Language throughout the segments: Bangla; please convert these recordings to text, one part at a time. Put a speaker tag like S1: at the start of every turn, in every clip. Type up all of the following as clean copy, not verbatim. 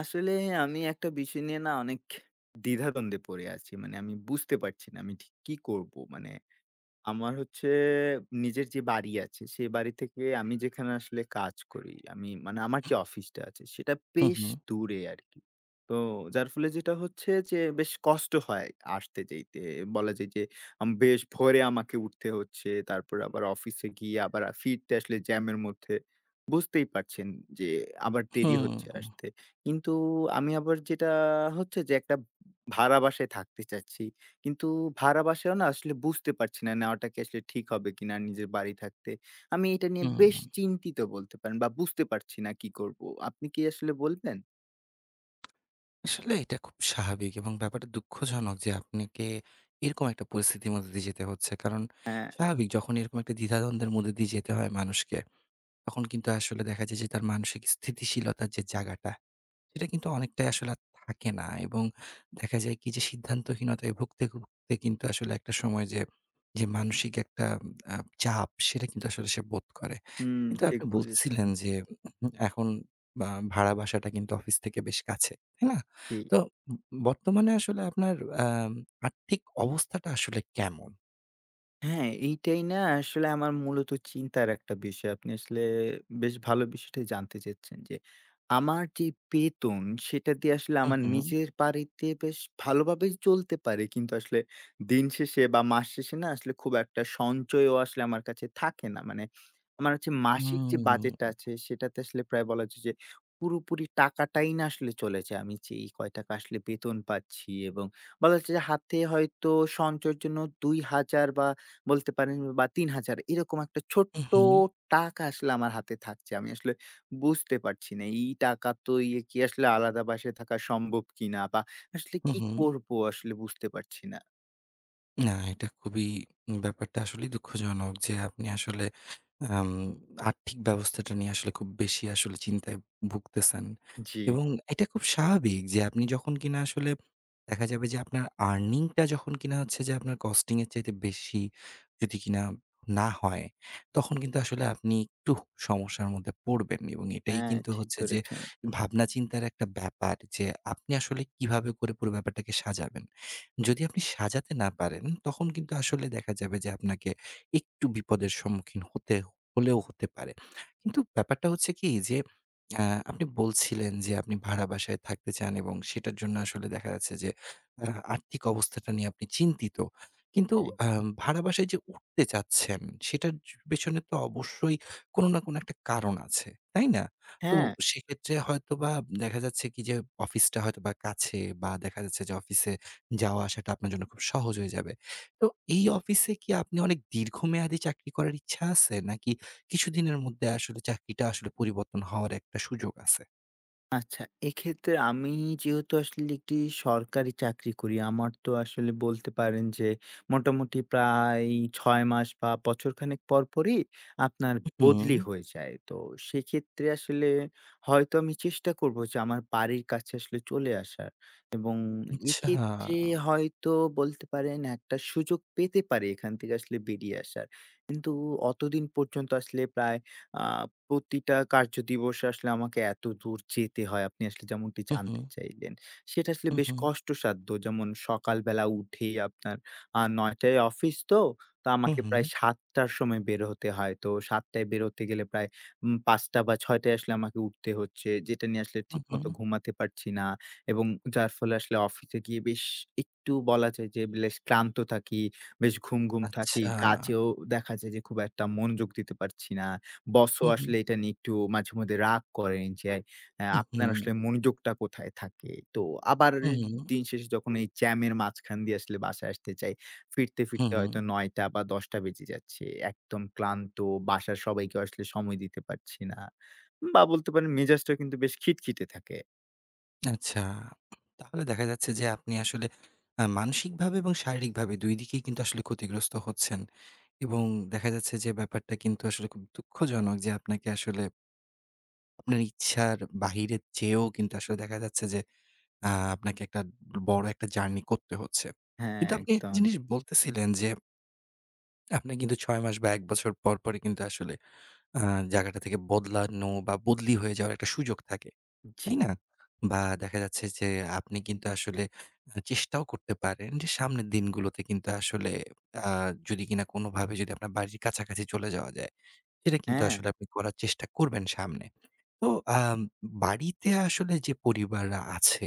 S1: আসলে আমি একটা বিষয় নিয়ে না অনেক দ্বিধাদ্বন্দ্বে পড়ে আছি। মানে আমি বুঝতে পারছি না আমি ঠিক কি করব? মানে আমার হচ্ছে নিজের যে বাড়ি আছে, সেই বাড়ি থেকে আমি যেখানে আসলে কাজ করি, আমি মানে আমার যে অফিসটা আছে সেটা বেশ
S2: হুম,
S1: দূরে আরকি। তো যার ফলে যেটা হচ্ছে যে বেশ কষ্ট হয় আসতে যাইতে। বলা যায় যে বেশ ভোরে আমাকে উঠতে হচ্ছে। তারপরে আবার অফিসে গিয়ে আবার ফিরতে আসলে জ্যামের মধ্যে বুঝতেই পারছেন যে আবার দেরি
S2: হুম,
S1: হচ্ছে আসতে। কিন্তু আমি আবার যেটা হচ্ছে যে একটা ভাড়া বাসায় থাকতে চাচ্ছি। কিন্তু ভাড়া বাসায়ও না আসলে বুঝতে পারছি না নেওয়াটা কি আসলে ঠিক হবে কিনা নিজের বাড়ি থাকতে। আমি এটা নিয়ে
S2: হুম,
S1: বেশ
S2: হুম।
S1: চিন্তিত বলতে পারেন বা বুঝতে পারছি না কি করব। আপনি কি আসলে বলবেন?
S2: আসলে এটা খুব স্বাভাবিক এবং ব্যাপারটা দুঃখজনক যে আপনাকে এরকম একটা পরিস্থিতির মধ্যে দিয়ে যেতে হচ্ছে। কারণ
S1: হ্যাঁ,
S2: স্বাভাবিক যখন এরকম একটা দ্বিধাদ্বন্দ্বের মধ্যে দিয়ে যেতে হয় মানুষকে, তখন কিন্তু আসলে দেখা যায় যে তার মানসিক স্থিতিশীলতার যে জায়গাটা সেটা কিন্তু অনেকটাই আসলে আর থাকে না এবং দেখা যায় কি যে সিদ্ধান্তহীনতায় ভুগতে, ভুগতে কিন্তু আসলে একটা সময় যে, যে মানসিক একটা আ চাপ সেটা কিন্তু আসলে সে বোধ করে।
S1: হুম,
S2: কিন্তু
S1: ঠিক
S2: আপনি
S1: বলেছেন।
S2: বলতেছিলেন যে এখন বা ভাড়া বাসাটা কিন্তু অফিস থেকে বেশ কাছে, তাই না?
S1: জি।
S2: তো ব বর্তমানে আসলে আপনার আম আর্থিক অবস্থাটা আসলে কেমন?
S1: হ্যাঁ, এইটাই না আসলে আমার মূলত চিন্তার একটা বিষয়। আপনি আসলে বেশ ভালো বিষয়টাই জানতে চেয়েছেন যে, আমার যে বেতন সেটা দিয়ে আসলে
S2: হু,
S1: আমার
S2: হু।
S1: নিজের বাড়িতে বেশ ভালোভাবেই চলতে পারে। কিন্তু আসলে দিন শেষে বা মাস শেষে না আসলে খুব একটা সঞ্চয়ও আসলে আমার কাছে থাকে না। মানে আমার হচ্ছে মাসিক যে
S2: হুম,
S1: বাজেটটা আছে সেটাতে আসলে প্রায় বলা যায় যে পুরোপুরি টাকাটাই না আসলে চলে যায়। আমি যেই কয় টাকা আসলে বেতন পাচ্ছি এবং বলা যাচ্ছে যে হাতে হয়তো সঞ্চয়ের জন্য ২,০০০ বা বলতে পারেন বা ৩,০০০ এরকম একটা
S2: হু,
S1: ছোট্ট
S2: হু,
S1: টাকা আসলে আমার হাতে থাকছে। আমি আসলে বুঝতে পারছি না। এই টাকা তো ইয়ে কি আসলে আলাদা বাসায় থাকা সম্ভব কিনা বা আসলে
S2: হু,
S1: কি
S2: হু।
S1: করব আসলে বুঝতে পারছি না।
S2: না, এটা খুবই ব্যাপারটা আসলেই দুঃখজনক যে আপনি আসলে আম আর্থিক ব্যবস্থাটা নিয়ে আসলে খুব বেশি আসলে চিন্তায় ভুগতেছেন।
S1: জি,
S2: এবং এটা খুব স্বাভাবিক যে আপনি যখন কিনা আসলে দেখা যাবে যে আপনার earning টা যখন কিনা হচ্ছে যে আপনার costing এর চাইতে বেশি যদি কিনা না হয়, তখন কিন্তু আসলে আপনি একটু সমস্যার মধ্যে পড়বেন। এবং এটাই
S1: হ্যাঁ
S2: কিন্তু
S1: ঠিক
S2: হচ্ছে যে
S1: ধরেছেন।
S2: ভাবনা চিন্তার একটা ব্যাপার যে আপনি আসলে কিভাবে করে পুরো ব্যাপারটাকে সাজাবেন। যদি আপনি সাজাতে না পারেন, তখন কিন্তু আসলে দেখা যাবে যে আপনাকে একটু বিপদের সম্মুখীন হতে হলেও হতে পারে। কিন্তু ব্যাপারটা হচ্ছে কি যে, আ আপনি বলছিলেন যে আপনি ভাড়া বাসায় থাকতে চান এবং সেটার জন্য আসলে দেখা যাচ্ছে যে আ আর্থিক অবস্থাটা নিয়ে আপনি চিন্তিত। কিন্তু
S1: জি।
S2: আ ভাড়া বাসায় যে উঠতে চাচ্ছেন, সেটার পেছনে তো অবশ্যই কোনো না কোনো একটা কারণ আছে, তাই না? তো
S1: হ্যাঁ।
S2: সেক্ষেত্রে হয়তোবা দেখা যাচ্ছে কি যে অফিসটা হয়তোবা কাছে বা দেখা যাচ্ছে যে অফিসে যাওয়া আসাটা আপনার জন্য খুব সহজ হয়ে যাবে। তো এই অফিসে কি আপনি অনেক দীর্ঘমেয়াদী চাকরি করার ইচ্ছা আছে? নাকি কিছুদিনের মধ্যে আসলে চাকরিটা আসলে পরিবর্তন হওয়ার একটা সুযোগ আছে?
S1: আচ্ছা, এক্ষেত্রে আমি যেহেতু আসলে একটি সরকারি চাকরি করি, আমার তো আসলে বলতে পারেন যে মোটামুটি প্রায় ৬ মাস বা বছরখানেক পর, পরই আপনার
S2: হুম।
S1: বদলি হয়ে যায়। তো সেক্ষেত্রে আসলে হয়তো আমি চেষ্টা করব যে আমার বাড়ির কাছে আসলে চলে আসার এবং
S2: আচ্ছা।
S1: এক্ষেত্রে হয়তো বলতে পারেন একটা সুযোগ পেতে পারি এখান থেকে আসলে বেরিয়ে আসার। কিন্তু অতদিন পর্যন্ত আসলে প্রায় আ প্রতিটা কার্য দিবসে আসলে আমাকে এত দূর যেতে হয়। আপনি আসলে যেমনটি
S2: হু, হু,
S1: জানতে চাইলেন। সেটা আসলে
S2: হু,
S1: বেশ
S2: হু,
S1: কষ্টসাধ্য। যেমন সকালবেলা উঠেই আপনার ৯ টায় অফিস তো, তো
S2: হু,
S1: আমাকে
S2: হু,
S1: প্রায় ৭:০০ টার সময় বের হতে হয়। তো ৭:০০ টায় বেরোতে গেলে প্রায় ৫ টা বা ৬ টায় আসলে আমাকে উঠতে হচ্ছে। যেটা নিয়ে আসলে
S2: হু, হু।
S1: ঠিকমতো ঘুমাতে পারছি না এবং যার ফলে আসলে অফিসে গিয়ে বেশ একটু বলা যায় যে বেশ ক্লান্ত থাকি, বেশ ঘুম, ঘুম থাকি।
S2: আচ্ছা।
S1: কাজেও দেখা যায় যে খুব একটা মনোযোগ দিতে পারছি না। বসও
S2: হু, হু,
S1: আসলে এটা নিয়ে একটু মাঝেমধ্যে রাগ করেন যে,
S2: হু,
S1: আপনার আসলে মনোযোগটা কোথায় থাকে? তো আবার
S2: হু,
S1: দিন শেষে যখন এই জ্যামের মাঝখান দিয়ে আসলে বাসায় আসতে চাই, ফিরতে,
S2: হু,
S1: ফিরতে
S2: হু।
S1: হয়তো ৯:০০ বা ১০:০০ বেজে যাচ্ছে। একদম ক্লান্ত, বাসার সবাইকে আসলে সময় দিতে পারছি না। বা বলতে পারেন মেজাজটাও কিন্তু বেশ খিটখিটে থাকে।
S2: আচ্ছা। তাহলে দেখা যাচ্ছে যে আপনি আসলে মানসিকভাবে এবং শারীরিকভাবে ২ দিকেই কিন্তু আসলে ক্ষতিগ্রস্ত হচ্ছেন। এবং দেখা যাচ্ছে যে ব্যাপারটা কিন্তু আসলে খুব দুঃখজনক যে আপনাকে আসলে আপনার ইচ্ছার বাহিরে যেয়েও কিন্তু আসলে দেখা যাচ্ছে যে আ আপনাকে একটা বড় একটা জার্নি করতে হচ্ছে।
S1: হ্যাঁ,
S2: কিন্তু আপনি একটা
S1: একদম।
S2: জিনিস বলতেছিলেন যে আপনার কিন্তু ৬ মাস বা ১ বছর পর, পরই কিন্তু আসলে আ জায়গাটা থেকে বদলানো বা বদলি হয়ে যাওয়ার একটা সুযোগ থাকে।
S1: জি।
S2: তাই না? বা দেখা যাচ্ছে যে আপনি কিন্তু আসলে চেষ্টাও করতে পারেন যে সামনের দিনগুলোতে কিন্তু আসলে আ যদি কিনা কোনোভাবে যদি আপনার বাড়ির কাছাকাছি চলে যাওয়া যায়, সেটা কিন্তু
S1: হ্যাঁ।
S2: আসলে আপনি করার চেষ্টা করবেন সামনে। তো আম বাড়িতে আসলে যে পরিবাররা আছে,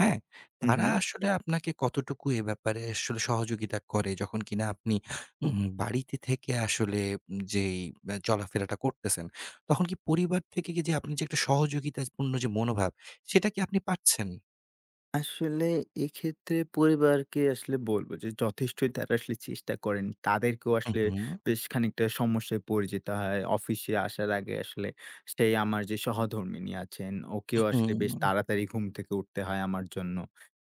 S2: হ্যাঁ?
S1: হু, হু।
S2: তারা হুম। আসলে আপনাকে কতটুকু এ ব্যাপারে আসলে সহযোগিতা করে? যখন কিনা আপনি বাড়িতে থেকে আসলে যেই চলাফেরাটা করতেছেন, তখন কি পরিবার থেকে কি যে আপনি যে একটা সহযোগিতাপূর্ণ যে মনোভাব, সেটা কি আপনি পাচ্ছেন?
S1: আসলে এক্ষেত্রে পরিবারকে আসলে বলবো যে যথেষ্টই তারা আসলে চেষ্টা করেন। তাদেরকেও
S2: হুম,
S1: আসলে
S2: হুম,
S1: বেশ খানিকটা সমস্যায় পড়ে যেতে হয়। অফিসে আসার আগে আসলে সেই আমার যে সহধর্মিণী আছেন, ওকেও আসলে
S2: হুম,
S1: বেশ তাড়াতাড়ি ঘুম থেকে উঠতে হয় আমার জন্য।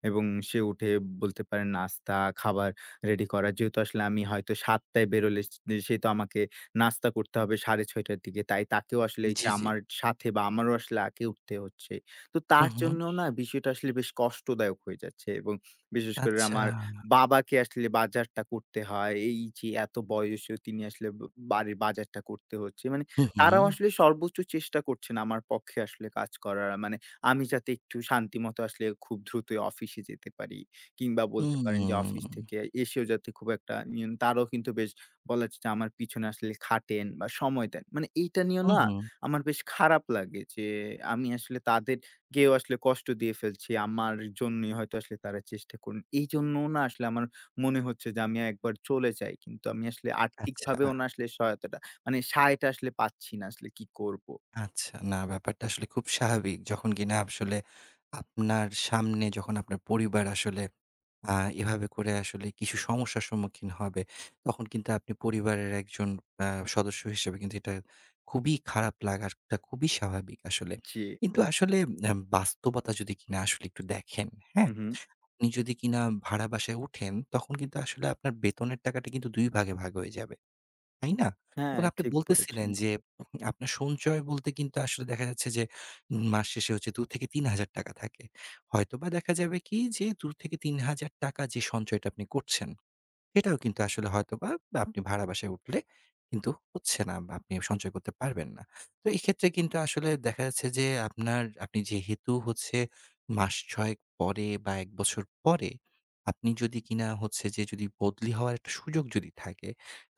S1: এবং সে উঠে বলতে পারেন নাস্তা, খাবার রেডি করা। যেহেতু আসলে আমি হয়তো ৭ টায় বেরোলে সে সে তো আমাকে নাস্তা করতে হবে ৬:৩০ টার দিকে। তাই তাকেও আসলে এই যে
S2: জি, জি।
S1: আমার সাথে বা আমারও আসলে আগে উঠতে হচ্ছে। তো
S2: হুম,
S1: তার
S2: হুম,
S1: জন্য না বিষয়টা আসলে বেশ কষ্টদায়ক হয়ে যাচ্ছে এবং বিশেষ করে
S2: আচ্ছা।
S1: আমার বাবাকে আসলে বাজারটা করতে হয়। এই যে এত বয়সেও তিনি আসলে বাড়ির বাজারটা করতে হচ্ছে। মানে
S2: হুম,
S1: তারাও
S2: হুম,
S1: আসলে সর্বোচ্চ চেষ্টা করছেন আমার পক্ষে আসলে কাজ করার। মানে আমি যাতে একটু শান্তিমতো আসলে খুব দ্রুতই অফিসে যেতে পারি কিংবা বলতে পারেন যে
S2: হুম,
S1: অফিস থেকে এসেও যাতে খুব একটা নিয়ন তারাও কিন্তু বেশ বলা যায় যে আমার পিছনে আসলে খাটেন বা সময় দেন। মানে এইটা নিয়েও
S2: হুম,
S1: না
S2: হুম,
S1: আমার বেশ খারাপ লাগে যে আমি আসলে তাদের কেউ আসলে কষ্ট দিয়ে ফেলছি। আমার জন্যই হয়তো আসলে তারা চেষ্টা করুন। এইজন্য না আসলে আমার মনে হচ্ছে যে আমি একবার চলে যাই। কিন্তু আমি আসলে
S2: আচ্ছা।
S1: আর্থিকভাবেও না আসলে সহায়তাটা মানে সাহায়টা আসলে পাচ্ছি না আসলে কি করব?
S2: আচ্ছা। না ব্যাপারটা আসলে খুব স্বাভাবিক। যখন কিনা আসলে আপনার সামনে যখন আপনার পরিবার আসলে আ এভাবে করে আসলে কিছু সমস্যার সম্মুখীন হবে, তখন কিন্তু আপনি পরিবারের একজন আ সদস্য হিসেবে কিন্তু এটা খুবই খারাপ লাগাটা খুবই স্বাভাবিক আসলে।
S1: জি।
S2: কিন্তু আসলে বাস্তবতা যদি কিনা আসলে একটু দেখেন, হ্যাঁ?
S1: হুম, হুম।
S2: আপনি যদি কিনা ভাড়া বাসায় উঠেন, তখন কিন্তু আসলে আপনার বেতনের টাকাটা কিন্তু ২ ভাগে ভাগ হয়ে যাবে। তাই না?
S1: হ্যাঁ,
S2: এবং আপনি
S1: ঠিক বলেছেন।
S2: বলতেছিলেন যে আপনার সঞ্চয় বলতে কিন্তু আসলে দেখা যাচ্ছে যে মাস শেষে হচ্ছে ২-৩,০০০ টাকা থাকে। হয়তোবা দেখা যাবে কি যে ২-৩,০০০ টাকা যে সঞ্চয়টা আপনি করছেন সেটাও কিন্তু আসলে হয়তোবা হুম। আপনি ভাড়া বাসায় উঠলে কিন্তু হচ্ছে না। বা আপনি সঞ্চয় করতে পারবেন না। তো এক্ষেত্রে কিন্তু আসলে দেখা যাচ্ছে যে আপনার আপনি যেহেতু হচ্ছে মাস ৬ পরে বা ১ বছর পরে আপনি যদি কিনা হচ্ছে যে যদি বদলি হওয়ার একটা সুযোগ যদি থাকে,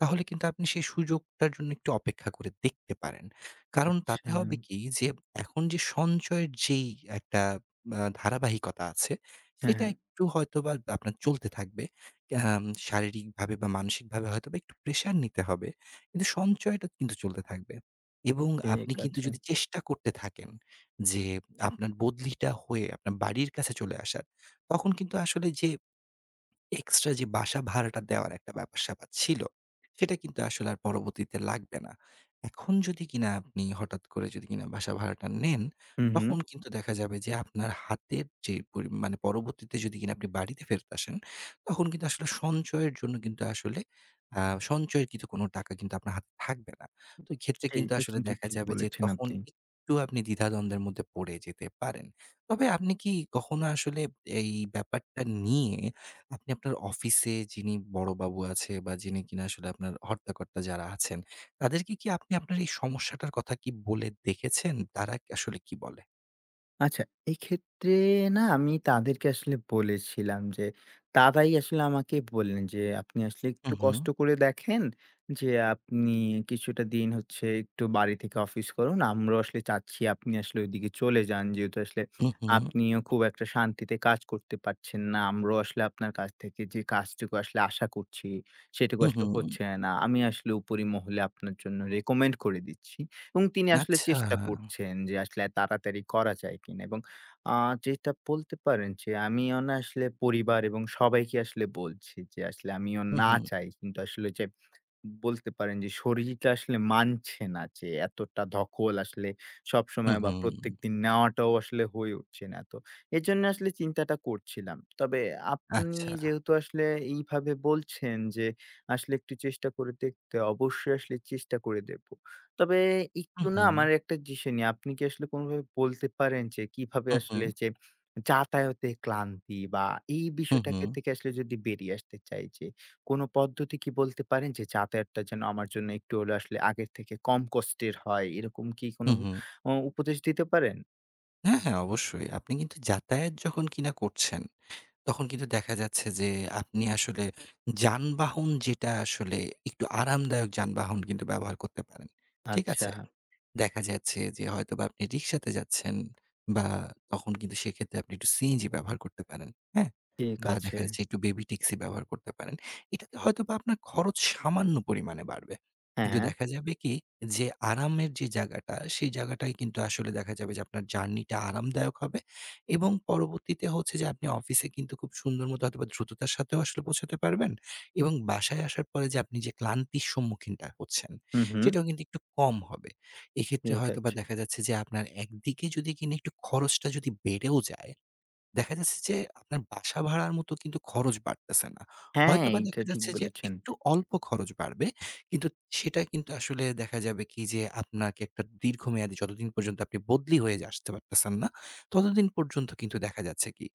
S2: তাহলে কিন্তু আপনি সেই সুযোগটার জন্য একটু অপেক্ষা করে দেখতে পারেন। কারণ তাতে
S1: আচ্ছা।
S2: হবে কি যে এখন যে সঞ্চয়ের যেই একটা ধারাবাহিকতা আছে,
S1: হ্যাঁ,
S2: সেটা
S1: হ্যাঁ।
S2: একটু হয়তোবা আপনার চলতে থাকবে। আম শারীরিকভাবে বা মানসিকভাবে হয়তোবা একটু প্রেশার নিতে হবে। কিন্তু সঞ্চয়টা কিন্তু চলতে থাকবে। এবং আপনি
S1: ঠিক
S2: হুম। কিন্তু
S1: আছে।
S2: যদি চেষ্টা করতে থাকেন যে আপনার বদলিটা হয়ে আপনার বাড়ির কাছে চলে আসার, তখন কিন্তু আসলে যে এক্সট্রা যে বাসা ভাড়াটা দেওয়ার একটা ব্যাপার-স্যাপার ছিল, সেটা কিন্তু আসলে আর পরবর্তীতে লাগবে না। এখন যদি কিনা আপনি হঠাৎ করে যদি কিনা বাসা ভাড়াটা নেন,
S1: হুম, হুম।
S2: তখন কিন্তু দেখা যাবে যে আপনার হাতের যে মানে পরবর্তীতে যদি কিনা আপনি বাড়িতে ফেরত আসেন, তখন কিন্তু আসলে সঞ্চয়ের জন্য কিন্তু আসলে আ সঞ্চয়কৃত কোনো টাকা কিন্তু আপনার হাতে থাকবে না। তো এক্ষেত্রে কিন্তু
S1: এইটা
S2: আসলে
S1: কিন্তু
S2: দেখা
S1: ঠিক
S2: যাবে যে
S1: বলেছেন
S2: তখন
S1: আপনি।
S2: একটু আপনি দ্বিধাদ্বন্দ্বের মধ্যে পড়ে যেতে পারেন। তবে আপনি কি কখনো আসলে এই ব্যাপারটা নিয়ে আপনি আপনার অফিসে যিনি বড়বাবু আছে বা যিনি কিনা আসলে আপনার হর্তাকর্তা যারা আছেন, তাদেরকে কি আপনি আপনার এই সমস্যাটার কথা কি বলে দেখেছেন? তারা আসলে কি বলে?
S1: আচ্ছা, এক্ষেত্রে না আমি তাদেরকে আসলে বলেছিলাম যে, তারাই আসলে আমাকে বললেন যে, "আপনি আসলে
S2: হু,
S1: একটু
S2: হু,
S1: কষ্ট করে দেখেন যে, আপনি কিছুটা দিন হচ্ছে একটু বাড়ি থেকে অফিস করুন। আমরাও আসলে চাচ্ছি আপনি আসলে ওইদিকে চলে যান। যেহেতু আসলে
S2: হু, হু,
S1: আপনিও খুব একটা শান্তিতে কাজ করতে পারছেন না। আমরাও আসলে আপনার কাছ থেকে যে, কাজটুকু আসলে আশা করছি, সেটুকু
S2: হু, হু।
S1: আসলে হচ্ছে না। আমি আসলে উপরি মহলে আপনার জন্য রেকমেন্ড করে দিচ্ছি।" এবং তিনি আসলে
S2: আচ্ছা।
S1: চেষ্টা করছেন যে আসলে তাড়াতাড়ি করা যায় কিনা এবং আ যেটা বলতে পারেন যে আমিও না আসলে পরিবার এবং সবাইকে আসলে বলছি যে আসলে আমিও
S2: হু,
S1: না
S2: হু,
S1: চাই কিন্তু আসলে যে বলতে পারেন যে শরীরটা আসলে মানছে না যে এতটা ধকল আসলে
S2: হু,
S1: সবসময় বা
S2: হু।
S1: প্রত্যেকদিন নেওয়াটাও আসলে হয়ে উঠছে না। তো এজন্য আসলে চিন্তাটা করছিলাম। তবে আপনি
S2: আচ্ছা।
S1: যেহেতু আসলে এইভাবে বলছেন যে আসলে একটু চেষ্টা করে দেখতে, অবশ্যই আসলে চেষ্টা করে দেখব। তবে
S2: হু,
S1: একটু না
S2: হু,
S1: আমার একটা জিনিস নিয়ে আপনি কি আসলে কোনোভাবে বলতে পারেন যে কিভাবে
S2: হু, হু,
S1: আসলে যে যাতায়াতে ক্লান্তি বা এই
S2: হু, হু,
S1: বিষয়টাকে থেকে আসলে যদি বেরিয়ে আসতে চাই যে কোনো পদ্ধতি কি বলতে পারেন যে যাতায়াতটা যেন আমার জন্য একটু হলেও আসলে আগের থেকে কম কষ্টের হয়, এরকম কি
S2: হু,
S1: কোনো
S2: হু।
S1: উপদেশ দিতে পারেন?
S2: হ্যাঁ, হ্যাঁ, অবশ্যই। আপনি কিন্তু যাতায়াত যখন কিনা করছেন, তখন কিন্তু দেখা যাচ্ছে যে আপনি আসলে যানবাহন যেটা আসলে একটু আরামদায়ক যানবাহন কিন্তু ব্যবহার করতে পারেন। ঠিক
S1: আচ্ছা,
S2: আছে? দেখা যাচ্ছে যে হয়তোবা আপনি রিক্সাতে যাচ্ছেন বা তখন কিন্তু সেক্ষেত্রে আপনি একটু সিএনজি ব্যবহার করতে পারেন। হ্যাঁ?
S1: ঠিক
S2: বা
S1: আছে।
S2: দেখা যাচ্ছে একটু বেবি ট্যাক্সি ব্যবহার করতে পারেন। এটাতে হয়তোবা আপনার খরচ সামান্য পরিমাণে বাড়বে।
S1: হ্যাঁ,
S2: কিন্তু
S1: হ্যাঁ।
S2: দেখা যাবে কি যে আরামের যে জায়গাটা, সেই জায়গাটায় কিন্তু আসলে দেখা যাবে যে আপনার জার্নিটা আরামদায়ক হবে এবং পরবর্তীতে হচ্ছে যে আপনি অফিসে কিন্তু খুব সুন্দর মতো হয়তোবা দ্রুততার সাথেও আসলে পৌঁছাতে পারবেন এবং বাসায় আসার পরে যে আপনি যে ক্লান্তির সম্মুখীনটা হচ্ছেন,
S1: হুম, হুম।
S2: সেটাও কিন্তু একটু কম হবে। এক্ষেত্রে
S1: ঠিক
S2: হয়তোবা
S1: আছে।
S2: দেখা যাচ্ছে যে আপনার একদিকে যদি কিনা একটু খরচটা যদি বেড়েও যায়, দেখা যাচ্ছে যে আপনার বাসা ভাড়ার মতো কিন্তু খরচ বাড়তেছে না।
S1: হ্যাঁ,
S2: হয়তোবা
S1: এইটা
S2: দেখা
S1: ঠিক
S2: যাচ্ছে যে
S1: বলেছেন।
S2: একটু অল্প খরচ বাড়বে। কিন্তু সেটা কিন্তু আসলে দেখা যাবে কি যে আপনাকে একটা দীর্ঘমেয়াদী যতদিন পর্যন্ত আপনি বদলি হয়ে যে আসতে পারতেছেন না, ততদিন পর্যন্ত কিন্তু দেখা যাচ্ছে কি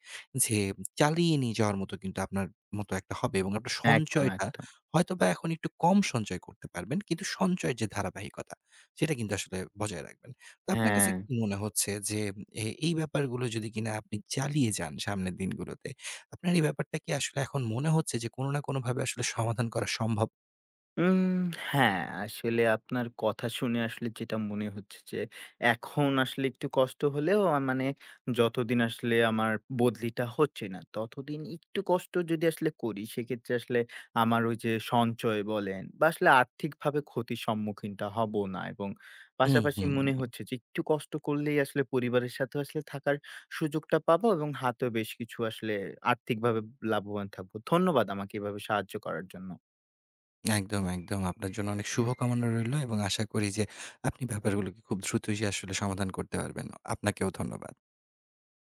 S2: যে চালিয়ে নিয়ে যাওয়ার মতো কিন্তু আপনার মতো একটা হবে এবং আপনার
S1: একদম,
S2: সঞ্চয়টা
S1: একদম।
S2: হয়তোবা এখন একটু কম সঞ্চয় করতে পারবেন। কিন্তু সঞ্চয়ের যে ধারাবাহিকতা সেটা কিন্তু আসলে বজায় রাখবেন। আপনার
S1: হ্যাঁ।
S2: কাছে কি মনে হচ্ছে যে এই ব্যাপারগুলো যদি কিনা আপনি চালিয়ে যান সামনের দিনগুলোতে, আপনার এই ব্যাপারটা কি আসলে এখন মনে হচ্ছে যে কোনো না কোনোভাবে আসলে সমাধান করা সম্ভব?
S1: উম হ্যাঁ, আসলে আপনার কথা শুনে আসলে যেটা মনে হচ্ছে যে, এখন আসলে একটু কষ্ট হলেও মানে যতদিন আসলে আমার বদলিটা হচ্ছে না, ততদিন একটু কষ্ট যদি আসলে করি, সেক্ষেত্রে আসলে আমার ওই যে সঞ্চয় বলেন বা আসলে আর্থিকভাবে ক্ষতির সম্মুখীনটা হব না এবং
S2: হুম,
S1: পাশাপাশি
S2: হুম।
S1: মনে হচ্ছে যে একটু কষ্ট করলেই আসলে পরিবারের সাথেও আসলে থাকার সুযোগটা পাবো এবং হাতেও বেশ কিছু আসলে আর্থিকভাবে লাভবান থাকবো। ধন্যবাদ আমাকে এভাবে সাহায্য করার জন্য।
S2: একদম, একদম। আপনার জন্য অনেক শুভকামনা রইলো এবং আশা করি যে আপনি ব্যাপারগুলোকে খুব দ্রুতই আসলে সমাধান করতে পারবেন। আপনাকেও ধন্যবাদ।